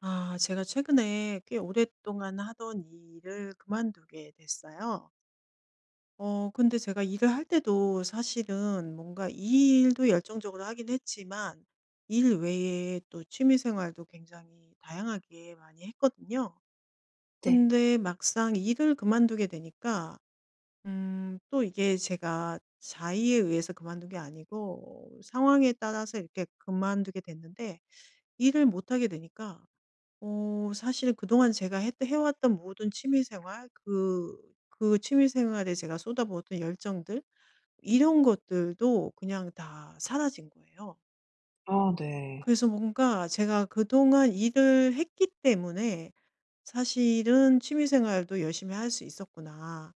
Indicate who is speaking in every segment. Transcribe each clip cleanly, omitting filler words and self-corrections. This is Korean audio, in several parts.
Speaker 1: 제가 최근에 꽤 오랫동안 하던 이 일을 그만두게 됐어요. 근데 제가 일을 할 때도 사실은 뭔가 이 일도 열정적으로 하긴 했지만 일 외에 또 취미 생활도 굉장히 다양하게 많이 했거든요.
Speaker 2: 네.
Speaker 1: 근데 막상 일을 그만두게 되니까 또 이게 제가 자의에 의해서 그만둔 게 아니고 상황에 따라서 이렇게 그만두게 됐는데 일을 못 하게 되니까 사실 그동안 제가 해 왔던 모든 취미 생활 그 취미 생활에 제가 쏟아부었던 열정들, 이런 것들도 그냥 다 사라진 거예요.
Speaker 2: 아 네.
Speaker 1: 그래서 뭔가 제가 그동안 일을 했기 때문에 '사실은 취미 생활도 열심히 할 수 있었구나.'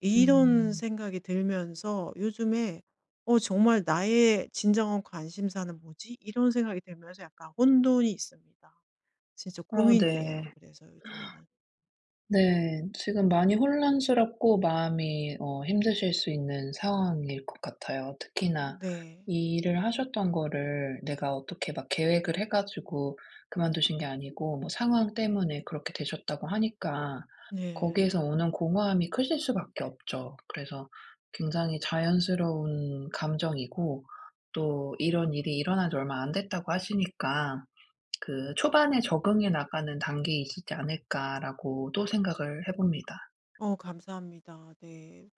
Speaker 1: 이런
Speaker 2: 음.
Speaker 1: 생각이 들면서 요즘에 정말 나의 진정한 관심사는 뭐지?' 이런 생각이 들면서 약간 혼돈이 있습니다. 진짜
Speaker 2: 아 네.
Speaker 1: 고민이에요, 그래서 요즘에는.
Speaker 2: 네. 지금 많이 혼란스럽고 마음이 힘드실 수 있는 상황일 것 같아요. 특히나
Speaker 1: 네.
Speaker 2: 이 일을 하셨던 거를 내가 어떻게 막 계획을 해 가지고 그만두신 게 아니고 뭐 상황 때문에 그렇게 되셨다고 하니까,
Speaker 1: 네.
Speaker 2: 거기에서 오는 공허함이 크실 수밖에 없죠. 그래서 굉장히 자연스러운 감정이고, 또 이런 일이 일어난 지 얼마 안 됐다고 하시니까 그 '초반에 적응해 나가는 단계이시지 않을까.'라고 또 생각을 해 봅니다.
Speaker 1: 어 감사합니다. 네.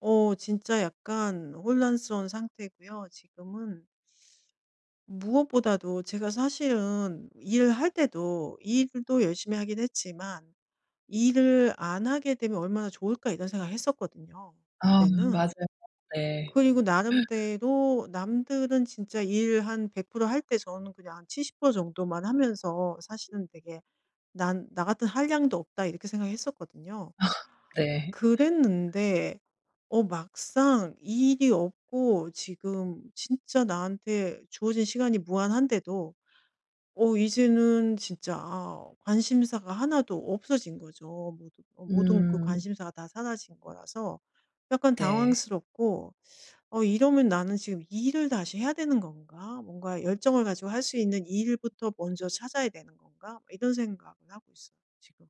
Speaker 1: 진짜 약간 혼란스러운 상태고요. 지금은 무엇보다도 제가 사실은 일할 때도 일도 열심히 하긴 했지만 '일을 안 하게 되면 얼마나 좋을까.' 이런 생각을 했었거든요,
Speaker 2: 아
Speaker 1: 그때는.
Speaker 2: 맞아요. 네.
Speaker 1: 그리고 나름대로 남들은 진짜 일 한 100%할 때 저는 그냥 한 70% 정도만 하면서 사실은 되게 '난 나 같은 한량도 없다.' 이렇게 생각했었거든요.
Speaker 2: 네.
Speaker 1: 그랬는데 막상 이 일이 없고 지금 진짜 나한테 주어진 시간이 무한한데도 이제는 진짜 관심사가 하나도 없어진 거죠. 모두 모든 그
Speaker 2: 음.
Speaker 1: 관심사가 다 사라진 거라서 약간
Speaker 2: 네.
Speaker 1: 당황스럽고, 이러면 나는 지금 이 일을 다시 해야 되는 건가? 뭔가 열정을 가지고 할 수 있는 이 일부터 먼저 찾아야 되는 건가?' 이런 생각을 하고 있어요, 지금.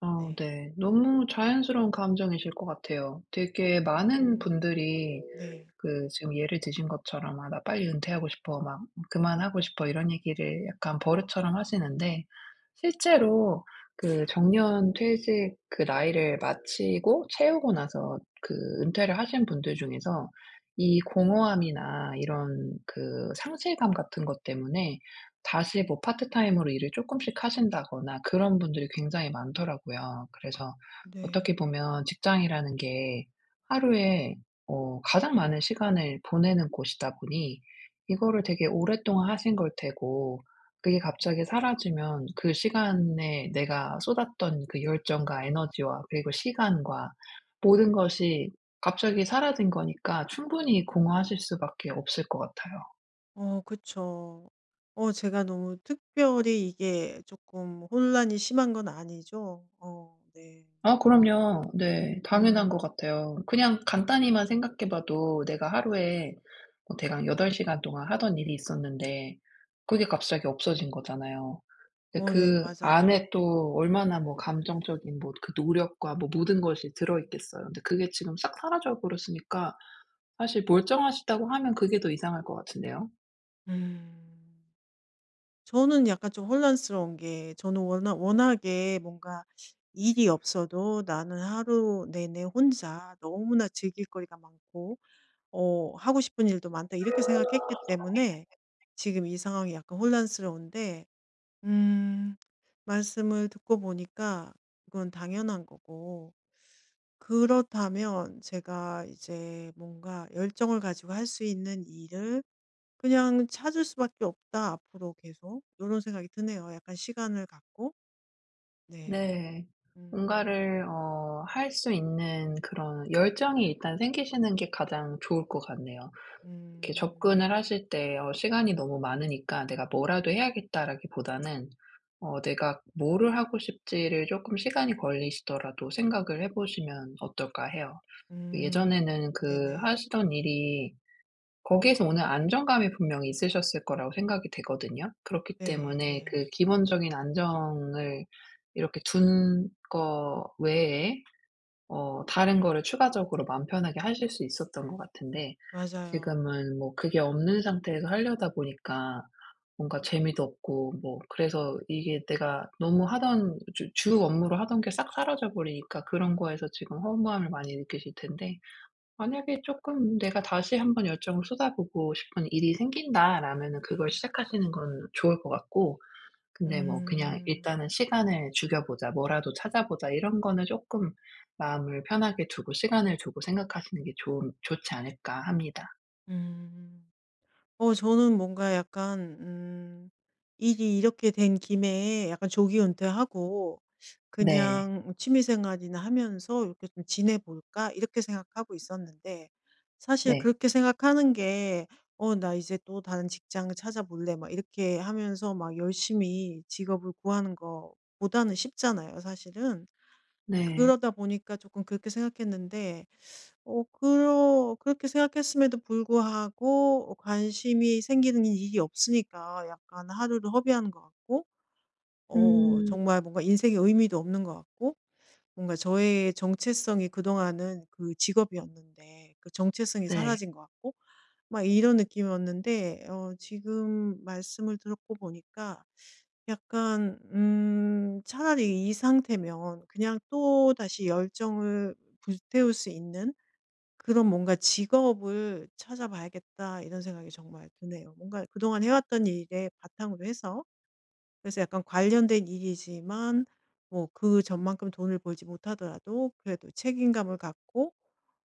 Speaker 2: 아
Speaker 1: 네.
Speaker 2: 네. 너무 자연스러운 감정이실 것 같아요. 되게 많은
Speaker 1: 음.
Speaker 2: 분들이
Speaker 1: 네.
Speaker 2: 그 지금 예를 드신 것처럼 "아 나 빨리 은퇴하고 싶어." 막 "그만하고 싶어." 이런 얘기를 약간 버릇처럼 하시는데, 실제로 그 정년 퇴직 그 나이를 마치고 채우고 나서 그 은퇴를 하신 분들 중에서 이 공허함이나 이런 그 상실감 같은 것 때문에 다시 뭐 파트타임으로 일을 조금씩 하신다거나 그런 분들이 굉장히 많더라고요. 그래서 어떻게
Speaker 1: 네.
Speaker 2: 보면 직장이라는 게 하루에 가장 많은 시간을 보내는 곳이다 보니, 이거를 되게 오랫동안 하신 걸 테고, 그게 갑자기 사라지면 그 시간에 내가 쏟았던 그 열정과 에너지와 그리고 시간과 모든 것이 갑자기 사라진 거니까 충분히 공허하실 수밖에 없을 것 같아요.
Speaker 1: 어 그쵸. 제가 너무 특별히 이게 조금 혼란이 심한 건 아니죠? 어 네.
Speaker 2: 아 그럼요. 네. 당연한 것
Speaker 1: 음.
Speaker 2: 같아요. 그냥 간단히만 생각해 봐도 내가 하루에 뭐 대강 8시간 동안 하던 일이 있었는데, 그게 갑자기 없어진 거잖아요. 근데
Speaker 1: 어네
Speaker 2: 그
Speaker 1: 맞아요.
Speaker 2: 안에 또 얼마나 뭐 감정적인 뭐 그 노력과 뭐 모든 것이 들어 있겠어요. 근데 그게 지금 싹 사라져 버렸으니까, 사실 멀쩡하시다고 하면 그게 더 이상할 것 같은데요.
Speaker 1: 음. 저는 약간 좀 혼란스러운 게, 저는 워낙에 뭔가 일이 없어도 나는 하루 내내 혼자 너무나 즐길 거리가 많고 '하고 싶은 일도 많다.' 이렇게 생각했기 때문에 지금 이 상황이 약간 혼란스러운데, 음. 말씀을 듣고 보니까 그건 당연한 거고, 그렇다면 제가 이제 뭔가 열정을 가지고 할 수 있는 일을 그냥 찾을 수밖에 없다, 앞으로 계속. 이런 생각이 드네요. 약간 시간을 갖고. 네.
Speaker 2: 네.
Speaker 1: 음.
Speaker 2: 뭔가를 할 수 있는 그런 열정이 일단 생기시는 게 가장 좋을 것 같네요. 이렇게 접근을
Speaker 1: 음.
Speaker 2: 하실 때 시간이 너무 많으니까 '내가 뭐라도 해야겠다.'라기보다는 '내가 뭐를 하고 싶지.'를 조금 시간이 걸리시더라도 생각을 해 보시면 어떨까 해요.
Speaker 1: 음.
Speaker 2: 예전에는 그
Speaker 1: 네네.
Speaker 2: 하시던 일이 거기에서 오는 안정감이 분명히 있으셨을 거라고 생각이 되거든요. 그렇기
Speaker 1: 네
Speaker 2: 때문에
Speaker 1: 네.
Speaker 2: 그 기본적인 안정을 이렇게 둔 거 외에 다른 거를 추가적으로 마음 편하게 하실 수 있었던 것 같은데,
Speaker 1: 맞아요.
Speaker 2: 지금은 뭐 그게 없는 상태에서 하려다 보니까 뭔가 재미도 없고, 뭐 그래서 이게 내가 너무 하던 주 업무로 하던 게 싹 사라져 버리니까 그런 거에서 지금 허무함을 많이 느끼실 텐데, 만약에 조금 '내가 다시 한번 열정을 쏟아보고 싶은 일이 생긴다.'라면은 그걸 시작하시는 건 좋을 것 같고, 근데 뭐 그냥
Speaker 1: 음.
Speaker 2: '일단은 시간을 죽여 보자. 뭐라도 찾아보자.' 이런 거는 쪼끔 마음을 편하게 두고 시간을 두고 생각하시는 게 좋은 좋지 않을까 합니다.
Speaker 1: 음. 저는 뭔가 약간 일이 이렇게 된 김에 약간 조기 은퇴하고
Speaker 2: 네.
Speaker 1: 그냥 취미 생활이나 하면서 이렇게 좀 지내볼까, 이렇게 생각하고 있었는데, 사실
Speaker 2: 네.
Speaker 1: 그렇게 생각하는 게 나 이제 또 다른 직장을 찾아볼래.' 막 이렇게 하면서 막 열심히 직업을 구하는 것보다는 쉽잖아요, 사실은.
Speaker 2: 네.
Speaker 1: 그러다 보니까 조금 그렇게 생각했는데, 어 그러 그렇게 생각했음에도 불구하고 관심이 생기는 일이 없으니까 약간 하루를 허비하는 것 같고,
Speaker 2: 음.
Speaker 1: 정말 뭔가 인생의 의미도 없는 것 같고, 뭔가 저의 정체성이 그동안은 그 직업이었는데 그 정체성이
Speaker 2: 네.
Speaker 1: 사라진 것 같고, 막 이런 느낌이었는데, 지금 말씀을 듣고 보니까 약간 차라리 이 상태면 그냥 또다시 열정을 불태울 수 있는 그런 뭔가 '직업을 찾아봐야겠다.' 이런 생각이 정말 드네요. 뭔가 그동안 해왔던 일에 바탕으로 해서, 그래서 약간 관련된 일이지만 뭐 그 전만큼 돈을 벌지 못하더라도 그래도 책임감을 갖고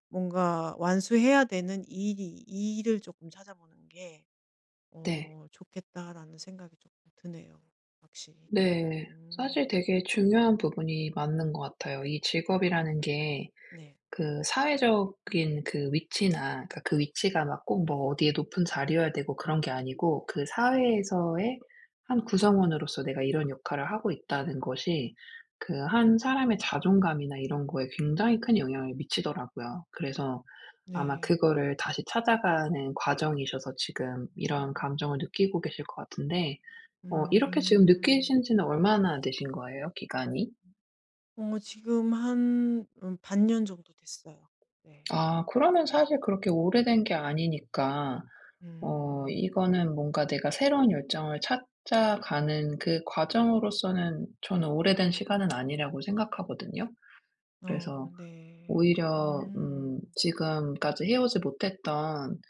Speaker 1: 뭔가 완수해야 되는 일이 일을 조금 찾아보는 게
Speaker 2: 네.
Speaker 1: '좋겠다.'라는 생각이 조금 드네요, 확실히.
Speaker 2: 네. 사실
Speaker 1: 음.
Speaker 2: 되게 중요한 부분이 맞는 것 같아요. 이 직업이라는 게
Speaker 1: 네.
Speaker 2: 그 사회적인 그 위치나, 그러니까 그 위치가 막 꼭 뭐 어디에 높은 자리여야 되고 그런 게 아니고, 그 사회에서의 한 구성원으로서 내가 이런 역할을 하고 있다는 것이 그 한 사람의 자존감이나 이런 거에 굉장히 큰 영향을 미치더라고요. 그래서 아마
Speaker 1: 네.
Speaker 2: 그거를 다시 찾아가는 과정이셔서 지금 이런 감정을 느끼고 계실 것 같은데, 이렇게 지금
Speaker 1: 음.
Speaker 2: 느끼신 지는 얼마나 되신 거예요, 기간이?
Speaker 1: 어 지금 한 반년 정도 됐어요. 네.
Speaker 2: 아 그러면 사실 그렇게 오래된 게 아니니까,
Speaker 1: 음.
Speaker 2: 이거는 뭔가 내가 새로운 열정을 찾아가는 그 과정으로서는 저는 오래된 시간은 아니라고 생각하거든요.
Speaker 1: 어
Speaker 2: 그래서
Speaker 1: 네.
Speaker 2: 오히려
Speaker 1: 음.
Speaker 2: 지금까지 해오지 못했던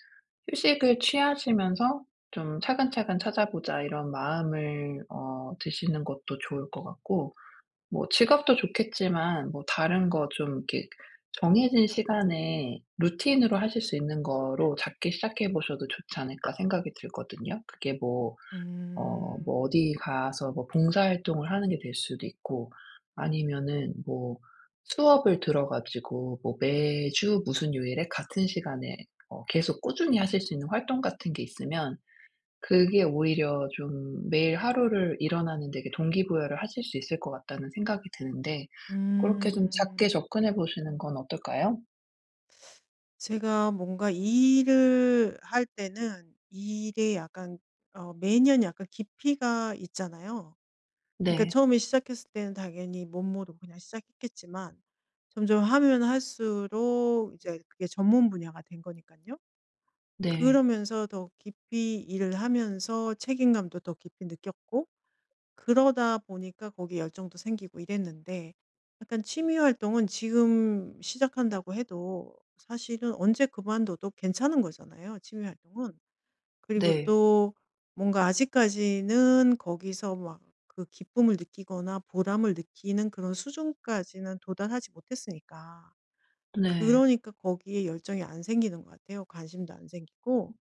Speaker 2: 휴식을 취하시면서 좀 '차근차근 찾아보자.' 이런 마음을 드시는 것도 좋을 것 같고, 뭐 지갑도 좋겠지만 뭐 다른 거 좀 이렇게 정해진 시간에 루틴으로 하실 수 있는 거로 작게 시작해 보셔도 좋지 않을까 생각이 들거든요. 그게 뭐 뭐
Speaker 1: 음.
Speaker 2: 어디 가서 뭐 봉사활동을 하는 게 될 수도 있고, 아니면은 뭐 수업을 들어 가지고 뭐 매주 무슨 요일에 같은 시간에 계속 꾸준히 하실 수 있는 활동 같은 게 있으면, 그게 오히려 좀 매일 하루를 일어나는 데게 동기부여를 하실 수 있을 것 같다는 생각이 드는데, 그렇게 좀 작게
Speaker 1: 음.
Speaker 2: 접근해 보시는 건 어떨까요?
Speaker 1: 제가 뭔가 일을 할 때는 일에 약간 매년 약간 깊이가 있잖아요. 그러니까
Speaker 2: 네.
Speaker 1: 처음에 시작했을 때는 당연히 못 모르고 그냥 시작했겠지만 점점 하면 할수록 이제 그게 전문 분야가 된거니까요.
Speaker 2: 네.
Speaker 1: 그러면서 더 깊이 일을 하면서 책임감도 더 깊이 느꼈고, 그러다 보니까 거기에 열정도 생기고 이랬는데, 약간 취미 활동은 지금 시작한다고 해도 사실은 언제 그만둬도 괜찮은 거잖아요, 취미 활동은. 그리고
Speaker 2: 네.
Speaker 1: 또 뭔가 아직까지는 거기서 막 그 기쁨을 느끼거나 보람을 느끼는 그런 수준까지는 도달하지 못했으니까.
Speaker 2: 네.
Speaker 1: 그러니까 거기에 열정이 안 생기는 것 같아요. 관심도 안 생기고.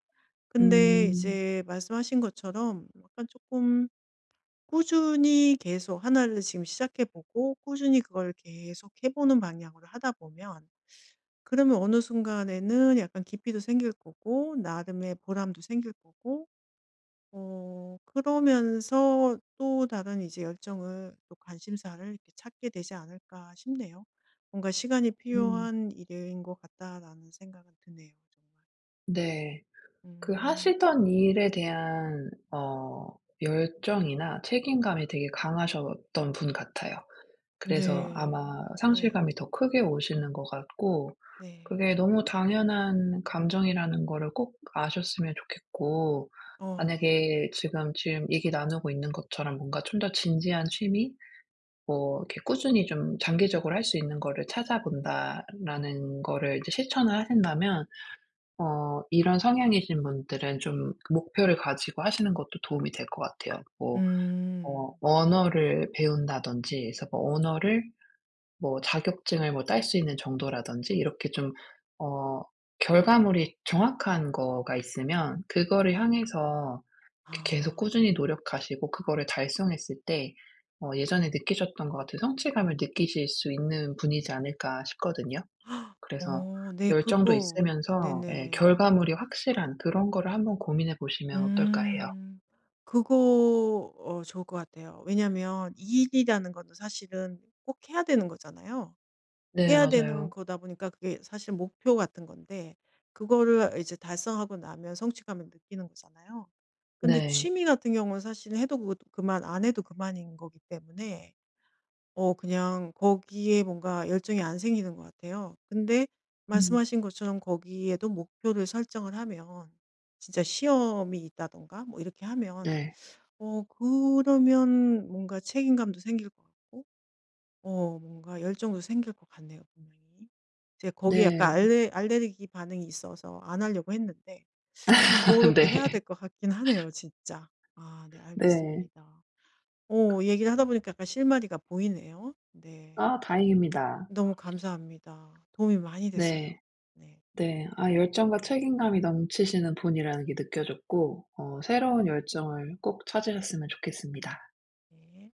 Speaker 1: 근데
Speaker 2: 음.
Speaker 1: 이제 말씀하신 것처럼 약간 조금 꾸준히 계속 하나를 지금 시작해 보고 꾸준히 그걸 계속 해 보는 방향으로 하다 보면, 그러면 어느 순간에는 약간 깊이도 생길 거고 나름의 보람도 생길 거고, 그러면서 또 다른 이제 열정을, 또 관심사를 이렇게 찾게 되지 않을까 싶네요. 뭔가 '시간이
Speaker 2: 음.
Speaker 1: 필요한 일인 것 같다.'라는 생각은 드네요, 정말.
Speaker 2: 네. 그
Speaker 1: 음.
Speaker 2: 하시던 일에 대한 열정이나 책임감이 되게 강하셨던 분 같아요. 그래서 아마
Speaker 1: 네. 네.
Speaker 2: 상실감이 더 크게 오시는 것 같고,
Speaker 1: 네.
Speaker 2: 그게 너무 당연한 감정이라는 거를 꼭 아셨으면 좋겠고,
Speaker 1: 어 네.
Speaker 2: 만약에 지금 얘기 나누고 있는 것처럼 뭔가 좀 더 진지한 취미, 뭐 이렇게 꾸준히 좀 장기적으로 할 수 있는 거를 찾아본다라는 거를 이제 실천을 하신다면, 이런 성향이신 분들은 좀 그 목표를 가지고 하시는 것도 도움이 될 것 같아요. 뭐
Speaker 1: 음.
Speaker 2: 언어를 배운다든지, 그래서 뭐 언어를 뭐 자격증을 뭐 딸 수 있는 정도라든지 이렇게 좀 어 결과물이 정확한 거가 있으면 그거를 향해서 이렇게 계속
Speaker 1: 아.
Speaker 2: 꾸준히 노력하시고 그거를 달성했을 때 예전에 느끼셨던 것 같은 성취감을 느끼실 수 있는 분이지 않을까 싶거든요. 그래서
Speaker 1: 어 네.
Speaker 2: 열정도
Speaker 1: 그거
Speaker 2: 있으면서 예
Speaker 1: 네네.
Speaker 2: 결과물이 확실한 그런 거를 한번 고민해 보시면 어떨까 해요.
Speaker 1: 음. 그거 좋을 것 같아요. 왜냐면 이 일이라는 건 사실은 꼭 해야 되는 거잖아요.
Speaker 2: 네
Speaker 1: 해야 되는
Speaker 2: 맞아요.
Speaker 1: 거다 보니까 그게 사실 목표 같은 건데, 그거를 이제 달성하고 나면 성취감을 느끼는 거잖아요. 근데
Speaker 2: 네.
Speaker 1: 취미 같은 경우는 사실 해도 그 그만, 안 해도 그만인 거기 때문에 그냥 거기에 뭔가 열정이 안 생기는 것 같아요. 근데
Speaker 2: 음
Speaker 1: 말씀하신 것처럼 거기에도 목표를 설정을 하면, 진짜 시험이 있다든가 뭐 이렇게 하면
Speaker 2: 네.
Speaker 1: 그러면 뭔가 책임감도 생길 것 같고 뭔가 열정도 생길 것 같네요, 분명히. 제 거기에 약간
Speaker 2: 네.
Speaker 1: 알레르기 반응이 있어서 안 하려고 했는데 그렇 게
Speaker 2: 네.
Speaker 1: 해야 될 것 같긴 하네요, 진짜. 아 네
Speaker 2: 네.
Speaker 1: 알겠습니다. 오, 얘기를 하다 보니까 약간 실마리가 보이네요. 네.
Speaker 2: 아 다행입니다.
Speaker 1: 너무 감사합니다. 도움이 많이 됐어요.
Speaker 2: 네.
Speaker 1: 네.
Speaker 2: 네. 아 열정과 책임감이 넘치시는 분이라는 게 느껴졌고, 새로운 열정을 꼭 찾으셨으면 좋겠습니다.
Speaker 1: 네.